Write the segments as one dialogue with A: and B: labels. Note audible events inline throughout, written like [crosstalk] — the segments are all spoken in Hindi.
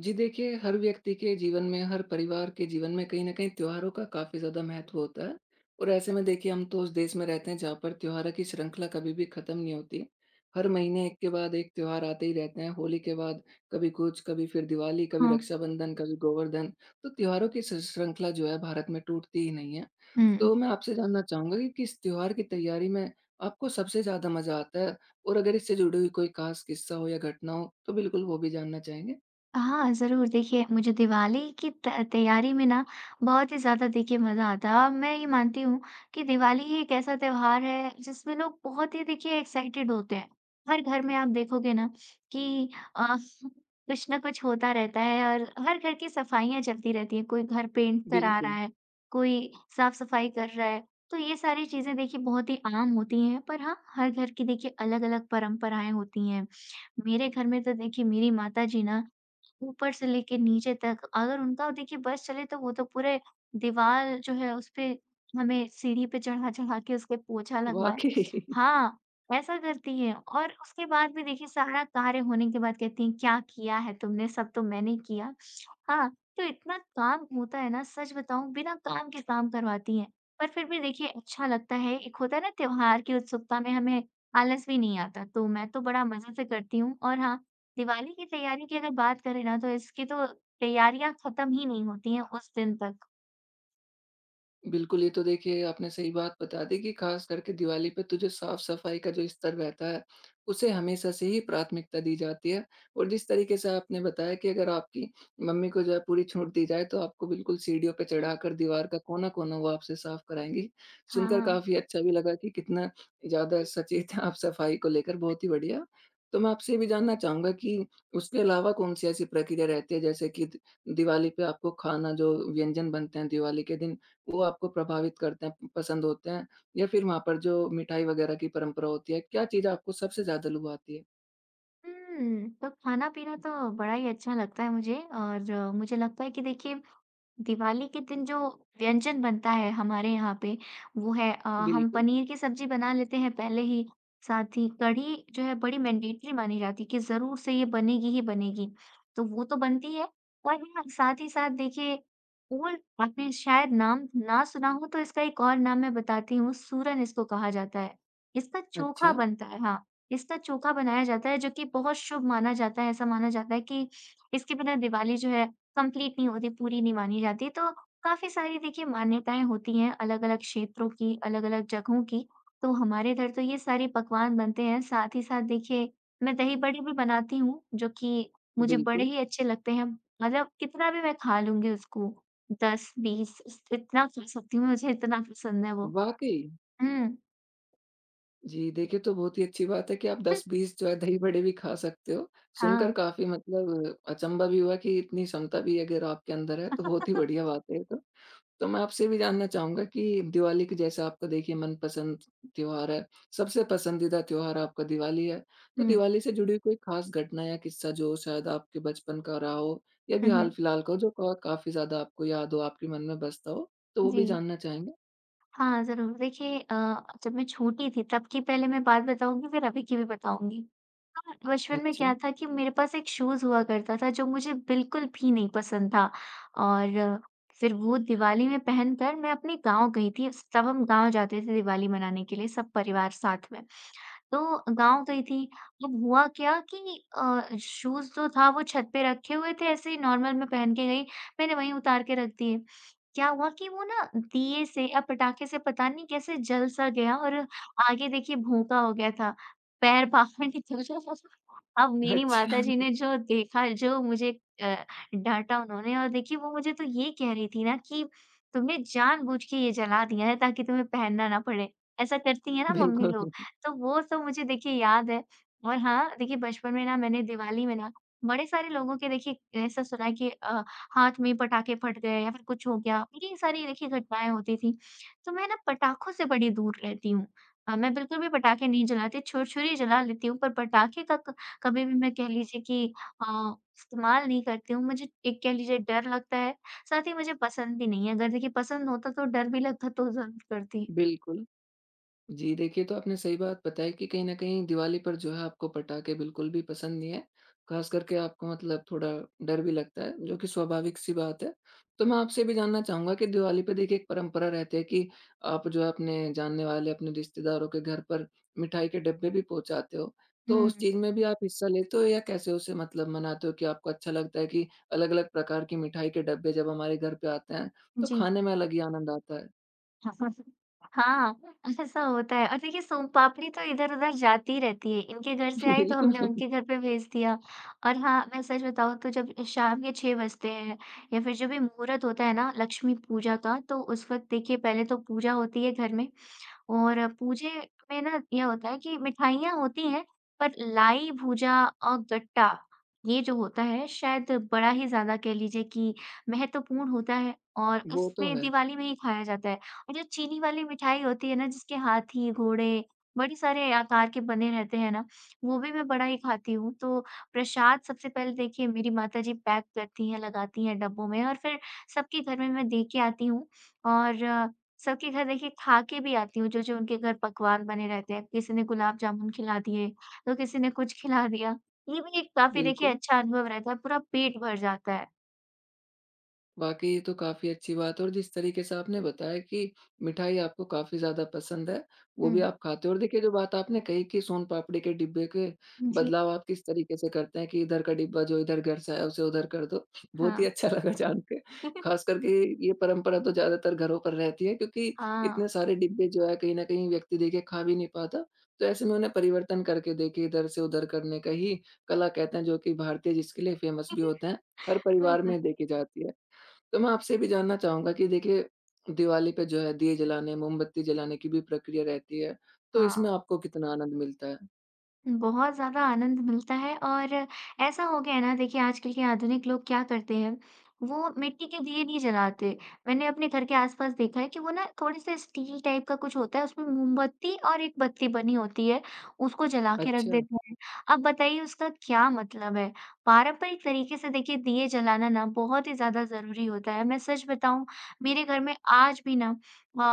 A: जी देखिए, हर व्यक्ति के जीवन में, हर परिवार के जीवन में कहीं न कहीं त्योहारों का काफ़ी ज़्यादा महत्व होता है और ऐसे में देखिए हम तो उस देश में रहते हैं जहाँ पर त्योहारों की श्रृंखला कभी भी खत्म नहीं होती। हर महीने एक के बाद एक त्योहार आते ही रहते हैं। होली के बाद कभी कुछ, कभी फिर दिवाली, कभी
B: हाँ,
A: रक्षाबंधन, कभी गोवर्धन। तो त्योहारों की श्रृंखला जो है भारत में टूटती ही नहीं है।
B: हाँ
A: तो मैं आपसे जानना चाहूँगा कि किस त्योहार की तैयारी में आपको सबसे ज़्यादा मज़ा आता है? और अगर इससे जुड़ी हुई कोई ख़ास किस्सा हो या घटना हो, तो बिल्कुल वो भी जानना चाहेंगे।
B: हाँ, ज़रूर। देखिए, मुझे दिवाली की त तैयारी में ना बहुत ही ज़्यादा देखिए मज़ा आता है और मैं ये मानती हूँ कि दिवाली ही एक ऐसा त्योहार है जिसमें लोग बहुत ही देखिए एक्साइटेड होते हैं। हर घर में आप देखोगे ना कि अ, कुछ ना कुछ होता रहता है और हर घर की सफाइयाँ चलती रहती हैं। कोई घर पेंट करा रहा
A: बिल्कुल,
B: है, कोई साफ-सफाई कर रहा है। तो ये सारी चीज़ें देखिए बहुत ही आम होती हैं, पर हाँ, हर घर की देखिए अलग-अलग परंपराएँ होती हैं। मेरे घर में तो देखिए मेरी माताजी ना ऊपर से लेके नीचे तक अगर उनका देखिए बस चले तो वो तो पूरे दीवार जो है उसपे हमें सीढ़ी पे चढ़ा-चढ़ा के उसपे पोछा लगवाएँ।
A: वाक़ई। [laughs]
B: हाँ, ऐसा करती हैं और उसके बाद भी देखिए सारा कार्य होने के बाद कहती हैं क्या किया है तुमने? सब तो मैंने किया। हाँ, तो इतना काम होता है ना सच बताऊँ बिना काम के काम करवाती हैं। पर फिर भी देखिए अच्छा लगता है, एक होता है ना त्योहार की उत्सुकता में हमें आलस भी नहीं आता, तो मैं तो बड़ा मज़े से करती हूँ और हाँ, दिवाली की तैयारी की अगर बात करें ना तो इसकी तो तैयारियाँ खत्म ही नहीं होती हैं उस दिन तक।
A: बिल्कुल, ये तो देखिए आपने सही बात बता दी कि ख़ास करके दिवाली पे तो जो साफ़-सफ़ाई का जो स्तर रहता है, उसे हमेशा से ही प्राथमिकता दी जाती है। और जिस तरीके से आपने बताया कि अगर आपकी मम्मी को जो है पूरी छूट दी जाए, तो आपको बिल्कुल सीढ़ियों पे
B: [laughs]
A: चढ़ाकर दीवार का कोना-कोना वो आपसे साफ़ कराएँगी। सुनकर
B: हाँ।
A: काफ़ी अच्छा भी लगा कि कितना ज़्यादा सचेत हैं आप सफ़ाई को लेकर, बहुत ही बढ़िया। तो मैं आपसे ये भी जानना चाहूँगा कि उसके अलावा कौन-सी ऐसी प्रक्रिया रहती है, जैसे कि द दिवाली पे आपको खाना जो व्यंजन बनते हैं दिवाली के दिन, वो आपको प्रभावित करते हैं, पसंद होते हैं? या फिर वहाँ पर जो मिठाई वग़ैरह की परंपरा होती है, क्या चीज़ आपको सबसे ज़्यादा लुभाती है?
B: तो खाना-पीना तो बड़ा ही अच्छा लगता है मुझे और मुझे लगता है कि देखिए दिवाली के दिन जो व्यंजन बनता है हमारे यहाँ पे वो है हम
A: बिल्कुल।
B: पनीर की सब्जी बना लेते हैं पहले ही। साथ ही कढ़ी जो है बड़ी मैंडेटरी मानी जाती है कि जरूर से ये बनेगी ही बनेगी, तो वो तो बनती है। और हाँ, साथ ही साथ देखिए ओल आपने शायद नाम ना सुना हो तो इसका एक और नाम मैं बताती हूँ, सूरन इसको कहा जाता है। इसका चोखा
A: अच्छा,
B: बनता है। हाँ, इसका चोखा बनाया जाता है जो कि बहुत शुभ माना जाता है। ऐसा माना जाता है कि इसके बिना दिवाली जो है कंप्लीट नहीं होती, पूरी नहीं मानी जाती। तो काफ़ी सारी देखिए मान्यताएँ होती हैं अलग-अलग क्षेत्रों की, अलग-अलग जगहों की। तो हमारे इधर तो ये सारे पकवान बनते हैं, साथ ही साथ देखिए मैं दही बड़े भी बनाती हूँ, जो कि मुझे बड़े
A: बिल्कुल।
B: ही अच्छे लगते हैं। मतलब कितना भी मैं खा लूँगी उसको, 10-20 इस इतना खा सकती हूँ, मुझे इतना पसंद है वो।
A: वाक़ई!
B: हुँ।
A: जी, देखिए तो बहुत ही अच्छी बात है कि आप
B: [laughs]
A: 10-20 जो है दही-बड़े भी खा सकते हो। सुनकर
B: हाँ।
A: काफ़ी मतलब अचंभा भी हुआ कि इतनी क्षमता भी अगर आपके अंदर है, तो बहुत ही बढ़िया बात है ये तो। तो मैं आपसे भी जानना चाहूँगा कि दिवाली के जैसे आपका देखिए मनपसंद त्योहार है, सबसे पसंदीदा त्योहार आपका दिवाली है। तो
B: हुँ।
A: दिवाली से जुड़ी कोई खास घटना या किस्सा जो शायद आपके बचपन का रहा हो या अभी
B: हुँ, हुँ।
A: हाल-फिलहाल का हो जो क काफ़ी ज़्यादा आपको याद हो, आपके मन में बसता हो? तो वो
B: जी।
A: भी जानना चाहेंगे।
B: हाँ, ज़रूर। देखिए जब मैं छोटी थी तब की पहले मैं बात बताऊँगी, फिर अभी की भी बताऊँगी। हाँ, बचपन में
A: अच्छा।
B: क्या था कि मेरे पास एक शूज़ हुआ करता था जो मुझे बिल्कुल भी नहीं पसंद था। और फिर वो दिवाली में पहनकर मैं अपने गाँव गई थी। तब हम गाँव जाते थे दिवाली मनाने के लिए सब परिवार साथ में। तो गाँव गई थी। अब हुआ क्या कि शूज़ जो था वो छत पे रखे हुए थे, ऐसे ही नॉर्मल मैं पहन के गई, मैंने वहीं उतार के रख दिए। क्या हुआ कि वो ना दिए से या पटाखे से पता नहीं कैसे जल सा गया और आगे देखिए भोंका हो गया था, पैर [laughs] बाहर निकल गया। अब मेरी
A: अच्छा,
B: माताजी ने जो देखा, जो मुझे अ, डाँटा उन्होंने। और देखिए वो मुझे तो ये कह रही थी ना कि तुमने जानबूझ के ये जला दिया है ताकि तुम्हें पहनना ना पड़े। ऐसा करती है
A: [laughs]
B: ना मम्मी
A: बिल्कुल,
B: लोग। तो वो सब मुझे देखिए याद है। और हाँ, देखिए बचपन में ना, मैंने दिवाली में ना, बड़े सारे लोगों के देखिए ऐसा सुना है कि हाथ में पटाखे फट गए या फिर कुछ हो गया, ये सारी देखिए घटनाएँ होती थी। तो मैं ना पटाखों से बड़ी दूर रहती हूँ। मैं बिल्कुल भी पटाखे नहीं जलाती, छुरछुरी जला लेती हूँ पर पटाखे का क कभी भी मैं कह लीजिए कि अ, इस्तेमाल नहीं करती हूँ। मुझे एक कह लीजिए डर लगता है, साथ ही मुझे पसंद भी नहीं है। अगर देखिए पसंद होता तो डर भी लगता तो ज़रूर करती।
A: बिल्कुल। जी, देखिए तो आपने सही बात बताई कि कहीं न कहीं दिवाली पर जो है आपको पटाखे बिल्कुल भी पसंद नहीं है। ख़ास करके आपको मतलब थोड़ा डर भी लगता है, जो कि स्वाभाविक-सी बात है। तो मैं आपसे भी जानना चाहूँगा कि दिवाली पे देखिए एक परंपरा रहती है कि आप जो है अपने जानने वाले, अपने रिश्तेदारों के घर पर मिठाई के डब्बे भी पहुँचाते हो। तो उस
B: हुँ,
A: चीज़ में भी आप हिस्सा लेते हो या कैसे उसे मतलब मनाते हो कि आपको अच्छा लगता है कि अलग-अलग प्रकार की मिठाई के डब्बे जब हमारे घर पे आते हैं, तो
B: जी।
A: खाने में अलग ही आनंद आता है?
B: हाँ, हाँ, ऐसा होता है और देखिए सोमपापड़ी तो इधर-उधर जाती रहती है। इनके घर से
A: [laughs]
B: आई तो
A: बिल्कुल,
B: हमने उनके घर पे भेज दिया। और हाँ, मैं सच बताऊँ तो जब शाम के 6 बजते हैं या फिर जब ये मुहूर्त होता है ना लक्ष्मी पूजा का, तो उस वक़्त देखिए पहले तो पूजा होती है घर में। और पूजे में ना ये होता है कि मिठाइयाँ होती हैं, पर लाई, भूजा और गट्टा, ये जो होता है शायद बड़ा ही ज़्यादा कह लीजिए कि महत्वपूर्ण होता है और
A: वो तो
B: इसमें
A: है।
B: दिवाली में ही खाया जाता है। और जो चीनी वाली मिठाई होती है ना, जिसके हाथी, घोड़े बड़े सारे आकार के बने रहते हैं ना, वो भी मैं बड़ा ही खाती हूँ। तो प्रसाद सबसे पहले देखिए मेरी माताजी पैक करती हैं, लगाती हैं डब्बों में और फिर सबके घर में मैं दे के आती हूँ। और सबके घर देखिए खा के भी आती हूँ, जो-जो उनके घर पकवान बने रहते हैं। किसी ने गुलाब जामुन खिला दिए, तो किसी ने कुछ खिला दिया। ये भी एक काफ़ी देखिए
A: बिल्कुल।
B: अच्छा अनुभव रहता है, पूरा पेट भर जाता है।
A: वाक़ई ये तो काफ़ी अच्छी बात है और जिस तरीके से आपने बताया कि मिठाई आपको काफ़ी ज़्यादा पसंद है, वो
B: हुँ।
A: भी आप खाते हो और देखिए जो बात आपने कही कि सोन-पापड़ी के डिब्बे के
B: जी।
A: बदलाव आप किस तरीके से करते हैं कि इधर का डिब्बा जो इधर घर से आया उसे उधर कर दो। बहुत ही
B: हाँ।
A: अच्छा [laughs] लगा जान के। ख़ास
B: [laughs]
A: करके ये परंपरा तो ज़्यादातर घरों पर रहती है क्योंकि
B: हाँ।
A: इतने सारे डिब्बे जो है कहीं न कहीं व्यक्ति देखिए खा भी नहीं पाता। तो ऐसे में उन्हें परिवर्तन करके देखिए इधर से उधर करने का ही कला कहते हैं जो कि भारतीय जिसके लिए फ़ेमस भी होते हैं,
B: [laughs]
A: हर परिवार
B: बिल्कुल।
A: में देखी जाती है। तो मैं आपसे भी जानना चाहूँगा कि देखिए, दिवाली पे जो है दिए जलाने, मोमबत्ती जलाने की भी प्रक्रिया रहती है, तो
B: हाँ।
A: इसमें आपको कितना आनंद मिलता है?
B: बहुत ज़्यादा आनंद मिलता है। और ऐसा हो गया है ना देखिए आजकल के आधुनिक लोग क्या करते हैं, वो मिट्टी के दिए नहीं जलाते। मैंने अपने घर के आस-पास देखा है कि वो ना थोड़े-से स्टील टाइप का कुछ होता है, उसमें मोमबत्ती और एक बत्ती बनी होती है, उसको जला के रख
A: अच्छा,
B: देते हैं। अब बताइए उसका क्या मतलब है? पारंपरिक तरीके से देखिए दिए जलाना ना बहुत ही ज़्यादा ज़रूरी होता है। मैं सच बताऊँ मेरे घर में आज भी ना अ,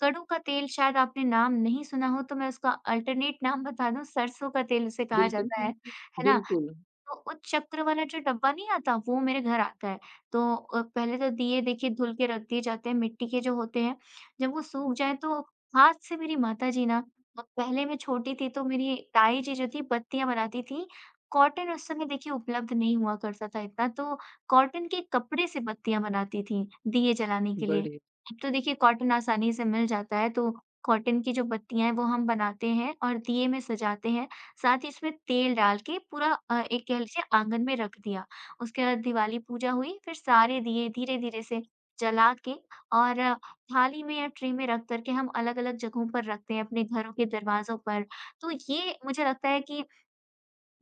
B: कड़ू का तेल, शायद आपने नाम नहीं सुना हो तो मैं उसका अल्टरनेट नाम बता दूँ, सरसों का तेल उसे कहा
A: बिल्कुल,
B: जाता है ना?
A: बिल्कुल,
B: तो उच्च चक्र वाला जो डब्बा नहीं आता, वो मेरे घर आता है। तो पहले तो दिए देखिए धुल के रख दिए जाते हैं, मिट्टी के जो होते हैं। जब वो सूख जाएँ तो हाथ से मेरी माताजी ना पहले मैं छोटी थी तो मेरी ताई जी जो थी बत्तियाँ बनाती थी। कॉटन उस समय देखिए उपलब्ध नहीं हुआ करता था इतना, तो कॉटन के कपड़े से बत्तियाँ बनाती थीं, दिए जलाने के लिए।
A: बढ़िया,
B: अब तो देखिए कॉटन आसानी से मिल जाता है, तो कॉटन की जो बत्तियाँ हैं वो हम बनाते हैं और दिए में सजाते हैं। साथ ही इसमें तेल डाल के पूरा एक कह लीजिए आंगन में रख दिया। उसके बाद दिवाली पूजा हुई, फिर सारे दिए धीरे-धीरे से जला के और थाली में या ट्रे में रख कर के हम अलग-अलग जगहों पर रखते हैं, अपने घरों के दरवाज़ों पर। तो ये मुझे लगता है कि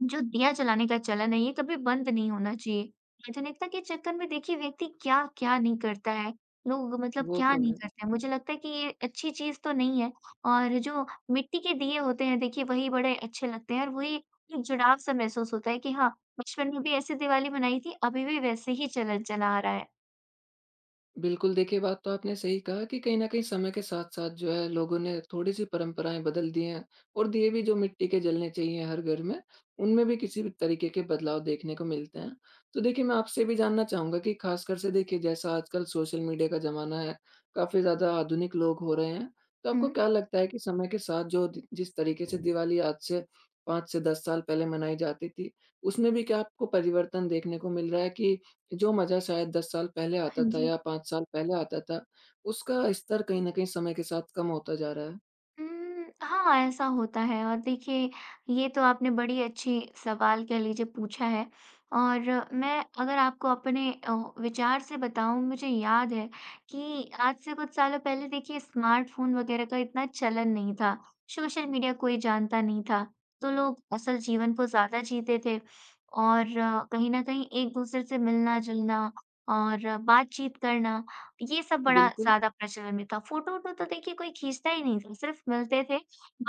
B: जो दिया जलाने का चलन है, ये कभी बंद नहीं होना चाहिए। आधुनिकता के चक्कर में देखिए व्यक्ति क्या-क्या नहीं करता है, लोग मतलब
A: वो
B: क्या
A: तो
B: नहीं हुँ।
A: है।
B: करते हैं। मुझे लगता है कि ये अच्छी चीज़ तो नहीं है। और जो मिट्टी के दिए होते हैं देखिए वही बड़े अच्छे लगते हैं और वही एक जुड़ाव-सा महसूस होता है कि हाँ, बचपन में भी ऐसे दिवाली मनाई थी, अभी भी वैसे ही चलन चला आ रहा है।
A: बिल्कुल, देखिए बात तो आपने सही कहा कि कहीं न कहीं समय के साथ-साथ जो है लोगों ने थोड़ी-सी परंपराएँ बदल दी हैं और दिए भी जो मिट्टी के जलने चाहिए हर घर में, उनमें भी किसी भी तरीके के बदलाव देखने को मिलते हैं। तो देखिए मैं आपसे भी जानना चाहूँगा कि ख़ासकर से देखिए जैसा आजकल सोशल मीडिया का ज़माना है, काफ़ी ज़्यादा आधुनिक लोग हो रहे हैं, तो आपको
B: हुँ,
A: क्या लगता है कि समय के साथ जो दि जिस तरीके से दिवाली आज से 5 से 10 साल पहले मनाई जाती थी, उसमें भी क्या आपको परिवर्तन देखने को मिल रहा है कि जो मज़ा शायद 10 साल पहले
B: हाँ
A: आता था
B: जी।
A: या 5 साल पहले आता था, उसका स्तर कहीं न कहीं समय के साथ कम होता जा रहा है।
B: हाँ, ऐसा होता है और देखिए, ये तो आपने बड़ी अच्छी सवाल कह लीजिए पूछा है। और मैं अगर आपको अपने विचार से बताऊँ, मुझे याद है कि आज से कुछ सालों पहले देखिए स्मार्टफ़ोन वगैरह का इतना चलन नहीं था, सोशल मीडिया कोई जानता नहीं था, तो लोग असल जीवन को ज़्यादा जीते थे और कहीं न कहीं एक-दूसरे से मिलना-जुलना और बातचीत करना, ये सब बड़ा
A: बिल्कुल,
B: ज़्यादा प्रचलन में था। फ़ोटो-वोटो तो देखिए कोई खींचता ही नहीं था, सिर्फ़ मिलते थे,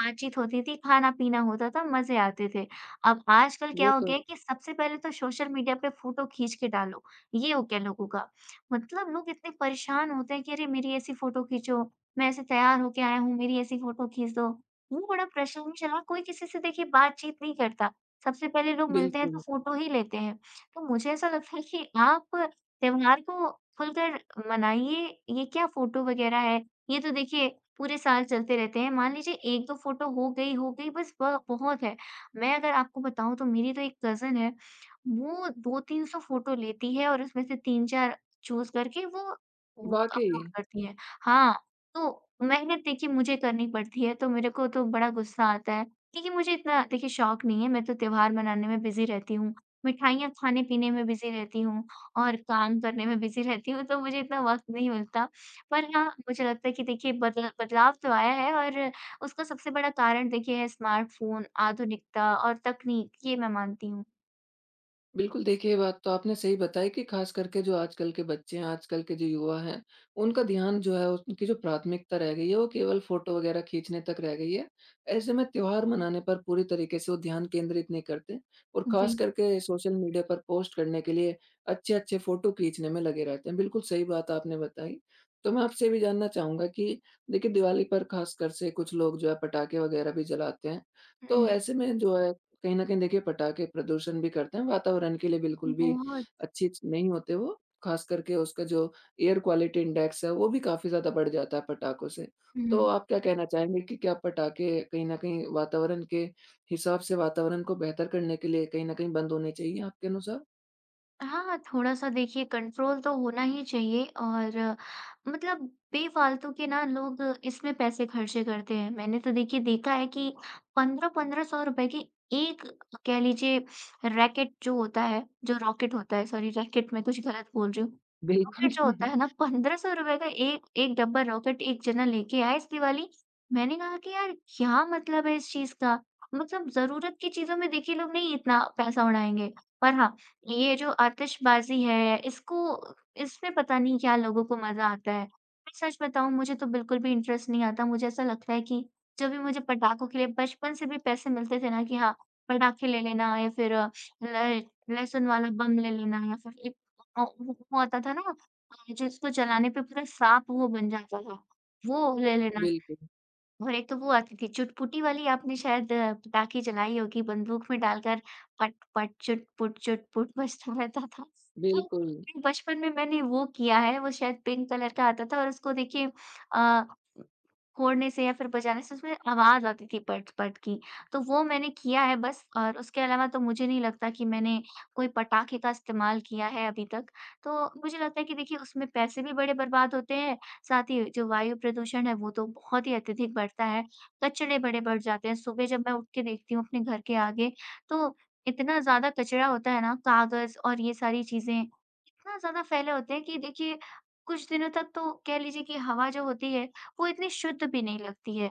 B: बातचीत होती थी, खाना-पीना होता था, मज़े आते थे। अब आजकल क्या
A: वो
B: हो
A: तो है।
B: गया है कि सबसे पहले तो सोशल मीडिया पे फ़ोटो खींच के डालो, ये हो गया लोगों का। मतलब लोग इतने परेशान होते हैं कि अरे मेरी ऐसी फ़ोटो खींचो, मैं ऐसे तैयार होके आया हूँ, मेरी ऐसी फ़ोटो खींच दो। वो बड़ा प्रचलन चला, कोई किसी से देखिए बातचीत नहीं करता। सबसे पहले लोग मिलते हैं तो
A: बिल्कुल,
B: फ़ोटो ही लेते हैं। तो मुझे ऐसा लगता है कि आप त्योहार को खुलकर मनाइए, ये क्या फ़ोटो वगैरह है, ये तो देखिए पूरे साल चलते रहते हैं। मान लीजिए 1-2 फ़ोटो हो गई, हो गई, बस ब बहुत है। मैं अगर आपको बताऊँ तो मेरी तो एक कज़िन है, वो 2-300 फ़ोटो लेती है और उसमें से 3-4 चूज़ करके वो
A: वाक़ई।
B: अपलोड करती है। हाँ, तो मेहनत देखिए मुझे करनी पड़ती है, तो मेरे को तो बड़ा गुस्सा आता है क्योंकि मुझे इतना देखिए शौक नहीं है, मैं तो त्योहार मनाने में बिज़ी रहती हूँ, मिठाइयाँ खाने-पीने में बिज़ी रहती हूँ। और काम करने में बिज़ी रहती हूँ, तो मुझे इतना वक़्त नहीं मिलता। पर हाँ, मुझे लगता है कि देखिए बदलाव तो आया है और उसका सबसे बड़ा कारण देखिए है स्मार्टफ़ोन, आधुनिकता और तकनीक, ये मैं मानती हूँ।
A: बिल्कुल, देखिए ये बात तो आपने सही बताई कि ख़ास करके जो आजकल के बच्चे हैं, आजकल के जो युवा हैं, उनका ध्यान जो है उनकी जो प्राथमिकता रह गई है वो केवल फ़ोटो वग़ैरह खींचने तक रह गई है। ऐसे में त्योहार मनाने पर पूरी तरीके से वो ध्यान केंद्रित नहीं करते और
B: जी।
A: ख़ास करके सोशल मीडिया पर पोस्ट करने के लिए अच्छे-अच्छे फ़ोटो खींचने में लगे रहते हैं। बिल्कुल सही बात आपने बताई। तो मैं आपसे ये भी जानना चाहूँगा कि देखिए दिवाली पर ख़ासकर से कुछ लोग जो है पटाखे वग़ैरह भी जलाते हैं।
B: हुँ।
A: तो ऐसे में जो है कहीं न कहीं देखिए पटाखे प्रदूषण भी करते हैं, वातावरण के लिए बिल्कुल भी
B: बहुत।
A: अच्छी च नहीं होते वो, ख़ास करके उसका जो एयर क्वालिटी इंडेक्स है, वो भी काफ़ी ज़्यादा बढ़ जाता है पटाखों से। तो
B: हुँ।
A: आप क्या कहना चाहेंगे कि क्या पटाखे कहीं न कहीं वातावरण के हिसाब से वातावरण को बेहतर करने के लिए कहीं न कहीं बंद होने चाहिए आपके अनुसार?
B: हाँ, थोड़ा-सा देखिए कंट्रोल तो होना ही चाहिए और मतलब बेफ़ालतू के ना लोग इसमें पैसे खर्चे करते हैं। मैंने तो देखिए देखा है कि 15-₹1500 की एक कह लीजिए रैकेट जो होता है, जो रॉकेट होता है, सॉरी रैकेट, मैं कुछ गलत बोल रही हूँ।
A: बिल्कुल,
B: रॉकेट जो होता
A: [laughs]
B: है ना ₹1500 का एक एक डब्बा रॉकेट एक जना लेके आया इस दिवाली। मैंने कहा कि यार क्या मतलब है इस चीज़ का? मतलब ज़रूरत की चीज़ों में देखिए लोग नहीं इतना पैसा उड़ाएँगे। पर हाँ, ये जो आतिशबाज़ी है, इसको इसमें पता नहीं क्या लोगों को मज़ा आता है। मैं सच बताऊँ मुझे तो बिल्कुल भी इंटरेस्ट नहीं आता, मुझे ऐसा लगता है कि जब भी मुझे पटाखों के लिए बचपन से भी पैसे मिलते थे ना कि हाँ, पटाखे ले लेना या फिर ल लहसुन वाला बम ले लेना या फिर एक वो आता था ना जिसको जलाने पे पूरा साँप वो बन जाता था, वो ले लेना।
A: बिल्कुल,
B: और एक तो वो आती थी चुटपुटी वाली आपने शायद पटाखे जलाई होगी बंदूक में डालकर पट पट चुट-पुट चुट-पुट बजता रहता था। तो
A: बिल्कुल।
B: बचपन में मैंने वो किया है, वो शायद पिंक कलर का आता था और उसको देखिए अ फोड़ने से या फिर बजाने से उसमें आवाज़ आती थी पट-पट की, तो वो मैंने किया है बस और उसके अलावा तो मुझे नहीं लगता कि मैंने कोई पटाखे का इस्तेमाल किया है अभी तक। तो मुझे लगता है कि देखिए उसमें पैसे भी बड़े बर्बाद होते हैं, साथ ही जो वायु प्रदूषण है वो तो बहुत ही अत्यधिक बढ़ता है, कचड़े बड़े बढ़ जाते हैं। सुबह जब मैं उठ के देखती हूँ अपने घर के आगे, तो इतना ज़्यादा कचरा होता है ना, कागज़ और ये सारी चीज़ें इतना ज़्यादा फैले होते हैं कि देखिए कुछ दिनों तक तो कह लीजिए कि हवा जो होती है, वो इतनी शुद्ध भी नहीं लगती है।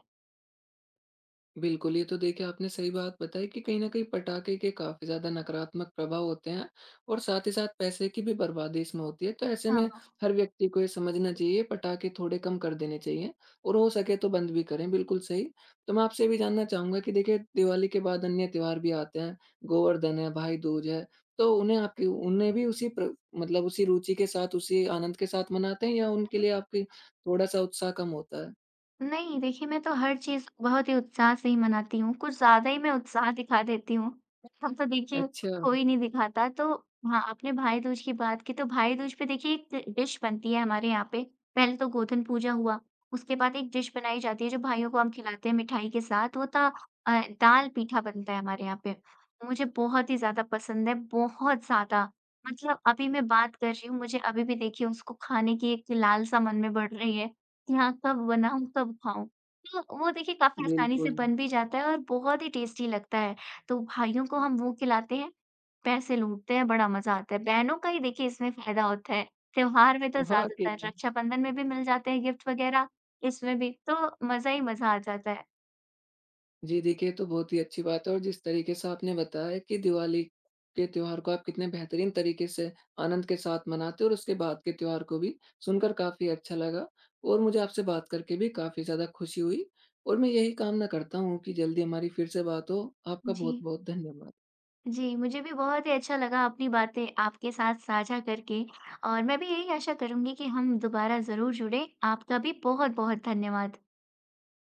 A: बिल्कुल, ये तो देखिए आपने सही बात बताई कि कहीं न कहीं पटाखे के काफ़ी ज़्यादा नकारात्मक प्रभाव होते हैं और साथ ही साथ पैसे की भी बर्बादी इसमें होती है। तो ऐसे में
B: हाँ।
A: हर व्यक्ति को ये समझना चाहिए पटाखे थोड़े कम कर देने चाहिए और हो सके तो बंद भी करें, बिल्कुल सही। तो मैं आपसे ये भी जानना चाहूँगा कि देखिए दिवाली के बाद अन्य त्योहार भी आते हैं, गोवर्धन है, भाई दूज है, तो उन्हें आपकी उन्हें भी उसी प्र मतलब उसी रुचि के साथ, उसी आनंद के साथ मनाते हैं या उनके लिए आपकी थोड़ा-सा उत्साह कम होता है?
B: नहीं, देखिए मैं तो हर चीज़ बहुत ही उत्साह से ही मनाती हूँ, कुछ ज़्यादा ही मैं उत्साह दिखा देती हूँ। [laughs] हम तो देखिए
A: अच्छा,
B: कोई नहीं दिखाता तो हाँ, आपने भाई-दूज की बात की तो भाई-दूज पे देखिए एक डिश बनती है हमारे यहाँ पे, पहले तो गोधन पूजा हुआ, उसके बाद एक डिश बनाई जाती है जो भाइयों को हम खिलाते हैं मिठाई के साथ, वो था दाल पीठा बनता है हमारे यहाँ पे। मुझे बहुत ही ज़्यादा पसंद है, बहुत ज़्यादा। मतलब अभी मैं बात कर रही हूँ, मुझे अभी भी देखिए उसको खाने की एक लालसा मन में बढ़ रही है यहाँ कब बनाऊँ, कब खाऊँ? तो वो देखिए काफ़ी आसानी से
A: बिल्कुल,
B: बन भी जाता है और बहुत ही टेस्टी लगता है। तो भाइयों को हम वो खिलाते हैं, पैसे लूटते हैं, बड़ा मज़ा आता है। बहनों का ही देखिए इसमें फ़ायदा होता है। त्योहार में तो ज़्यादातर
A: वाक़ई।
B: रक्षाबंधन में भी मिल जाते हैं गिफ्ट वग़ैरह, इसमें भी तो मज़ा ही मज़ा आ जाता है।
A: जी देखिए, ये तो बहुत ही अच्छी बात है और जिस तरीके से आपने बताया कि दिवाली के त्योहार को आप कितने बेहतरीन तरीके से आनंद के साथ मनाते हो और उसके बाद के त्योहार को भी सुनकर काफ़ी अच्छा लगा और मुझे आपसे बात करके भी काफ़ी ज़्यादा खुशी हुई और मैं यही कामना करता हूँ कि जल्दी हमारी फिर से बात हो। आपका
B: जी।
A: बहुत-बहुत धन्यवाद।
B: जी, मुझे भी बहुत ही अच्छा लगा अपनी बातें आपके साथ साझा करके और मैं भी यही आशा करूँगी कि हम दोबारा ज़रूर जुड़ें। आपका भी बहुत-बहुत धन्यवाद।